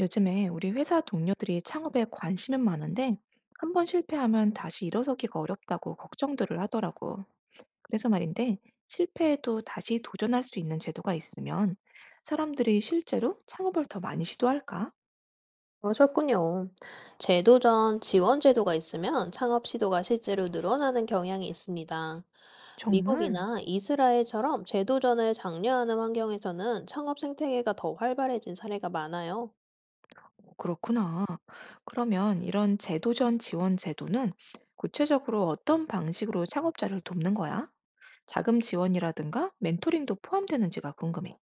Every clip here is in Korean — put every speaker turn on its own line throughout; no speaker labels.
요즘에 우리 회사 동료들이 창업에 관심은 많은데 한 번 실패하면 다시 일어서기가 어렵다고 걱정들을 하더라고. 그래서 말인데 실패해도 다시 도전할 수 있는 제도가 있으면 사람들이 실제로 창업을 더 많이 시도할까?
그러셨군요. 제도전 지원 제도가 있으면 창업 시도가 실제로 늘어나는 경향이 있습니다.
정말?
미국이나 이스라엘처럼 제도전을 장려하는 환경에서는 창업 생태계가 더 활발해진 사례가 많아요.
오, 그렇구나. 그러면 이런 재도전 지원 제도는 구체적으로 어떤 방식으로 창업자를 돕는 거야? 자금 지원이라든가 멘토링도 포함되는지가 궁금해.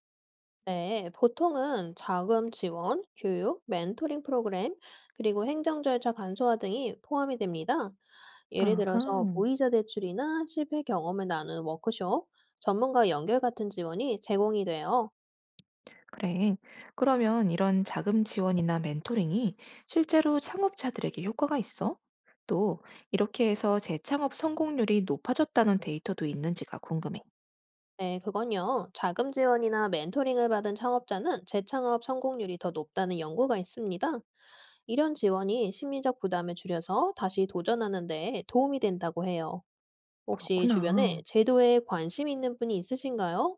네, 보통은 자금 지원, 교육, 멘토링 프로그램, 그리고 행정 절차 간소화 등이 포함이 됩니다. 예를 들어서
아하.
무이자 대출이나 실패 경험을 나누는 워크숍, 전문가 연결 같은 지원이 제공이 돼요.
그래. 그러면 이런 자금 지원이나 멘토링이 실제로 창업자들에게 효과가 있어? 또 이렇게 해서 재창업 성공률이 높아졌다는 데이터도 있는지가 궁금해.
네, 그건요. 자금 지원이나 멘토링을 받은 창업자는 재창업 성공률이 더 높다는 연구가 있습니다. 이런 지원이 심리적 부담을 줄여서 다시 도전하는 데 도움이 된다고 해요. 혹시 주변에
그렇구나.
제도에 관심 있는 분이 있으신가요?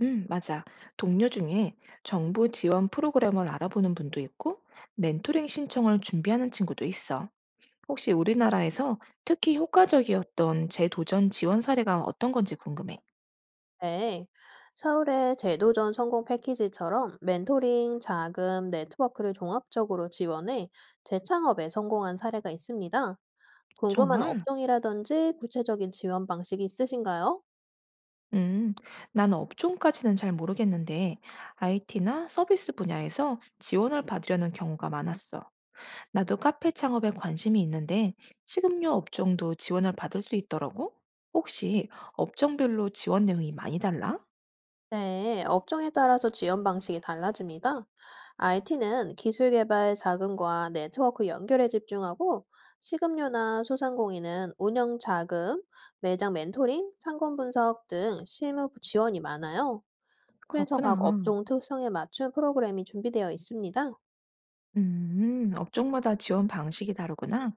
맞아. 동료 중에 정부 지원 프로그램을 알아보는 분도 있고, 멘토링 신청을 준비하는 친구도 있어. 혹시 우리나라에서 특히 효과적이었던 재도전 지원 사례가 어떤 건지 궁금해.
네. 서울의 제도전 성공 패키지처럼 멘토링, 자금, 네트워크를 종합적으로 지원해 재창업에 성공한 사례가 있습니다. 궁금한
정말?
업종이라든지 구체적인 지원 방식이 있으신가요?
음, 나는 업종까지는 잘 모르겠는데, IT나 서비스 분야에서 지원을 받으려는 경우가 많았어. 나도 카페 창업에 관심이 있는데, 식음료 업종도 지원을 받을 수 있더라고? 혹시 업종별로 지원 내용이 많이 달라?
네, 업종에 따라서 지원 방식이 달라집니다. IT는 기술 개발 자금과 네트워크 연결에 집중하고, 식음료나 소상공인은 운영 자금, 매장 멘토링, 상권 분석 등 실무 지원이 많아요. 그래서 각
그렇구나.
업종 특성에 맞춘 프로그램이 준비되어 있습니다.
업종마다 지원 방식이 다르구나.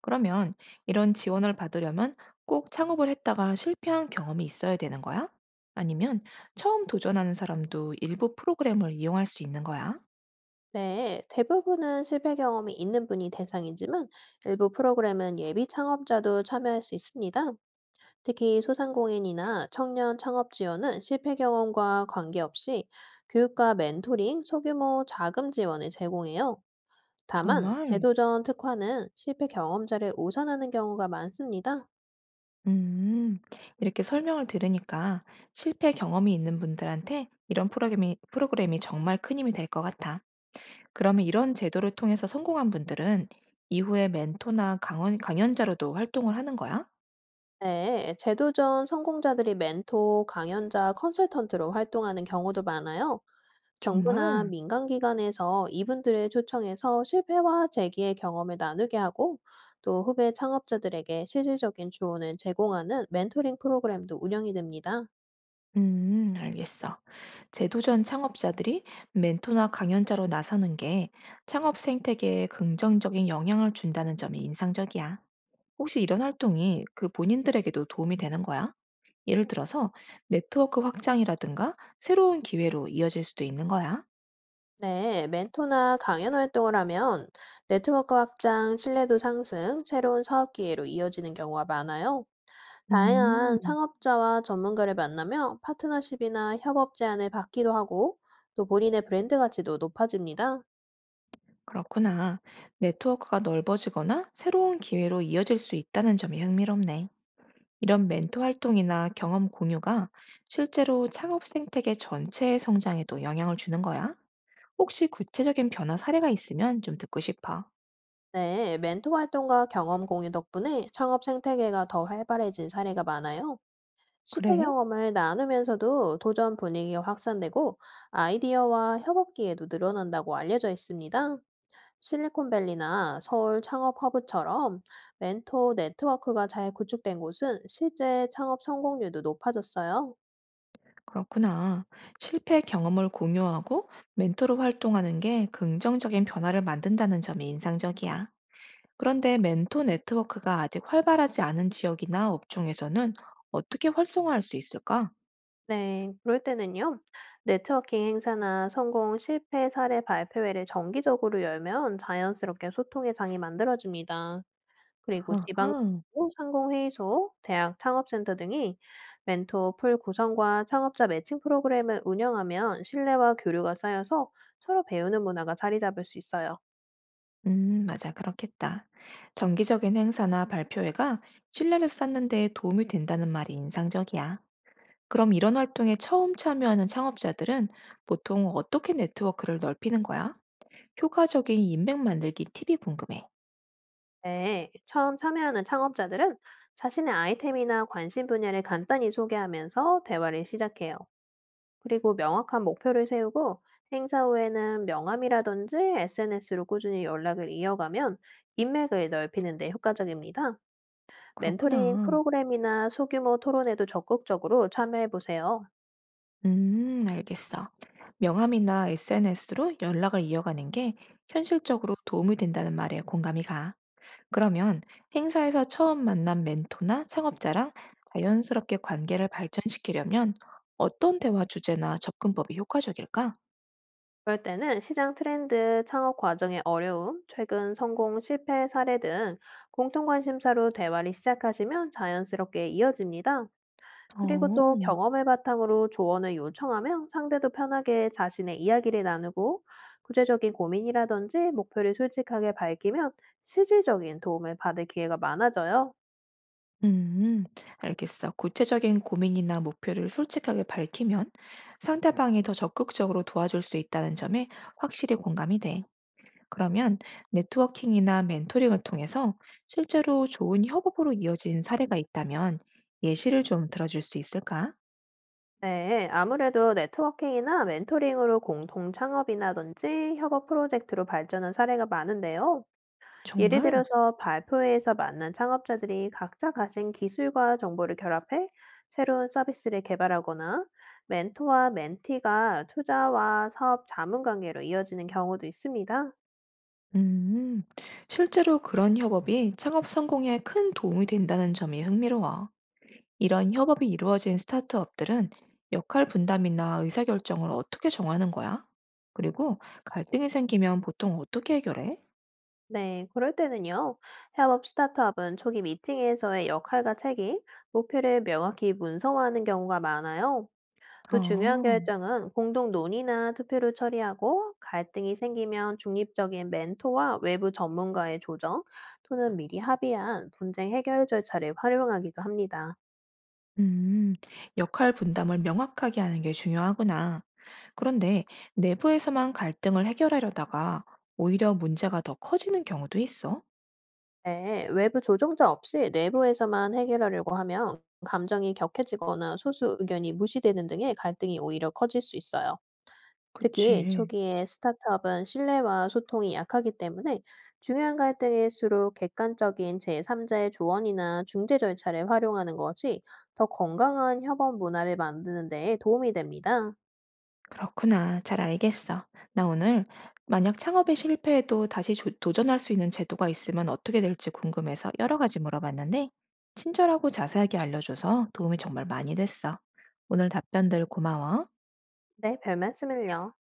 그러면 이런 지원을 받으려면 꼭 창업을 했다가 실패한 경험이 있어야 되는 거야? 아니면 처음 도전하는 사람도 일부 프로그램을 이용할 수 있는 거야?
네, 대부분은 실패 경험이 있는 분이 대상이지만, 일부 프로그램은 예비 창업자도 참여할 수 있습니다. 특히 소상공인이나 청년 창업 지원은 실패 경험과 관계없이 교육과 멘토링, 소규모 자금 지원을 제공해요. 다만,
정말?
제도전 특화는 실패 경험자를 우선하는 경우가 많습니다.
음, 이렇게 설명을 들으니까 실패 경험이 있는 분들한테 이런 프로그램이 정말 큰 힘이 될 것 같아. 그러면 이런 제도를 통해서 성공한 분들은 이후에 멘토나 강연자로도 활동을 하는 거야?
네, 제도전 성공자들이 멘토, 강연자, 컨설턴트로 활동하는 경우도 많아요. 정부나
정말?
민간 기관에서 이분들을 초청해서 실패와 재기의 경험을 나누게 하고 또 후배 창업자들에게 실질적인 조언을 제공하는 멘토링 프로그램도 운영이 됩니다.
알겠어. 제도전 창업자들이 멘토나 강연자로 나서는 게 창업 생태계에 긍정적인 영향을 준다는 점이 인상적이야. 혹시 이런 활동이 그 본인들에게도 도움이 되는 거야? 예를 들어서 네트워크 확장이라든가 새로운 기회로 이어질 수도 있는 거야.
네, 멘토나 강연 활동을 하면 네트워크 확장, 신뢰도 상승, 새로운 사업 기회로 이어지는 경우가 많아요. 다양한
음,
창업자와 전문가를 만나며 파트너십이나 협업 제안을 받기도 하고 또 본인의 브랜드 가치도 높아집니다.
그렇구나. 네트워크가 넓어지거나 새로운 기회로 이어질 수 있다는 점이 흥미롭네. 이런 멘토 활동이나 경험 공유가 실제로 창업 생태계 전체의 성장에도 영향을 주는 거야? 혹시 구체적인 변화 사례가 있으면 좀 듣고 싶어.
네, 멘토 활동과 경험 공유 덕분에 창업 생태계가 더 활발해진 사례가 많아요. 실패
그래?
경험을 나누면서도 도전 분위기가 확산되고 아이디어와 협업 기회도 늘어난다고 알려져 있습니다. 실리콘밸리나 서울 창업 허브처럼 멘토 네트워크가 잘 구축된 곳은 실제 창업 성공률도 높아졌어요.
그렇구나. 실패 경험을 공유하고 멘토로 활동하는 게 긍정적인 변화를 만든다는 점이 인상적이야. 그런데 멘토 네트워크가 아직 활발하지 않은 지역이나 업종에서는 어떻게 활성화할 수 있을까?
네, 그럴 때는요. 네트워킹 행사나 성공 실패 사례 발표회를 정기적으로 열면 자연스럽게 소통의 장이 만들어집니다. 그리고 지방
아하.
상공회의소, 대학 창업센터 등이 멘토 풀 구성과 창업자 매칭 프로그램을 운영하면 신뢰와 교류가 쌓여서 서로 배우는 문화가 자리 잡을 수 있어요.
맞아. 그렇겠다. 정기적인 행사나 발표회가 신뢰를 쌓는 데 도움이 된다는 말이 인상적이야. 그럼 이런 활동에 처음 참여하는 창업자들은 보통 어떻게 네트워크를 넓히는 거야? 효과적인 인맥 만들기 팁이 궁금해.
네, 처음 참여하는 창업자들은 자신의 아이템이나 관심 분야를 간단히 소개하면서 대화를 시작해요. 그리고 명확한 목표를 세우고 행사 후에는 명함이라든지 SNS로 꾸준히 연락을 이어가면 인맥을 넓히는 데 효과적입니다. 멘토링
그렇구나.
프로그램이나 소규모 토론에도 적극적으로 참여해 보세요.
알겠어. 명함이나 SNS로 연락을 이어가는 게 현실적으로 도움이 된다는 말에 공감이 가. 그러면 행사에서 처음 만난 멘토나 창업자랑 자연스럽게 관계를 발전시키려면 어떤 대화 주제나 접근법이 효과적일까?
그럴 때는 시장 트렌드, 창업 과정의 어려움, 최근 성공 실패 사례 등 공통 관심사로 대화를 시작하시면 자연스럽게 이어집니다. 그리고
어,
또 경험을 바탕으로 조언을 요청하면 상대도 편하게 자신의 이야기를 나누고 구체적인 고민이라든지 목표를 솔직하게 밝히면 실질적인 도움을 받을 기회가 많아져요.
음, 알겠어. 구체적인 고민이나 목표를 솔직하게 밝히면 상대방이 더 적극적으로 도와줄 수 있다는 점에 확실히 공감이 돼. 그러면 네트워킹이나 멘토링을 통해서 실제로 좋은 협업으로 이어진 사례가 있다면 예시를 좀 들어줄 수 있을까?
네, 아무래도 네트워킹이나 멘토링으로 공동 창업이라든지 협업 프로젝트로 발전한 사례가 많은데요. 예를
정말?
들어서 발표회에서 만난 창업자들이 각자 가진 기술과 정보를 결합해 새로운 서비스를 개발하거나 멘토와 멘티가 투자와 사업 자문 관계로 이어지는 경우도 있습니다.
음, 실제로 그런 협업이 창업 성공에 큰 도움이 된다는 점이 흥미로워. 이런 협업이 이루어진 스타트업들은 역할 분담이나 의사결정을 어떻게 정하는 거야? 그리고 갈등이 생기면 보통 어떻게 해결해?
네, 그럴 때는요. 협업 스타트업은 초기 미팅에서의 역할과 책임, 목표를 명확히 문서화하는 경우가 많아요. 또 중요한
아,
결정은 공동 논의나 투표로 처리하고 갈등이 생기면 중립적인 멘토와 외부 전문가의 조정 또는 미리 합의한 분쟁 해결 절차를 활용하기도 합니다.
음, 역할 분담을 명확하게 하는 게 중요하구나. 그런데 내부에서만 갈등을 해결하려다가 오히려 문제가 더 커지는 경우도 있어.
네, 외부 조정자 없이 내부에서만 해결하려고 하면 감정이 격해지거나 소수 의견이 무시되는 등의 갈등이 오히려 커질 수 있어요. 특히
그치.
초기에 스타트업은 신뢰와 소통이 약하기 때문에 중요한 갈등일수록 객관적인 제3자의 조언이나 중재 절차를 활용하는 것이 더 건강한 협업 문화를 만드는 데 도움이 됩니다.
그렇구나. 잘 알겠어. 나 오늘 만약 창업에 실패해도 다시 도전할 수 있는 제도가 있으면 어떻게 될지 궁금해서 여러 가지 물어봤는데, 친절하고 자세하게 알려줘서 도움이 정말 많이 됐어. 오늘 답변들 고마워.
네, 별 말씀을요.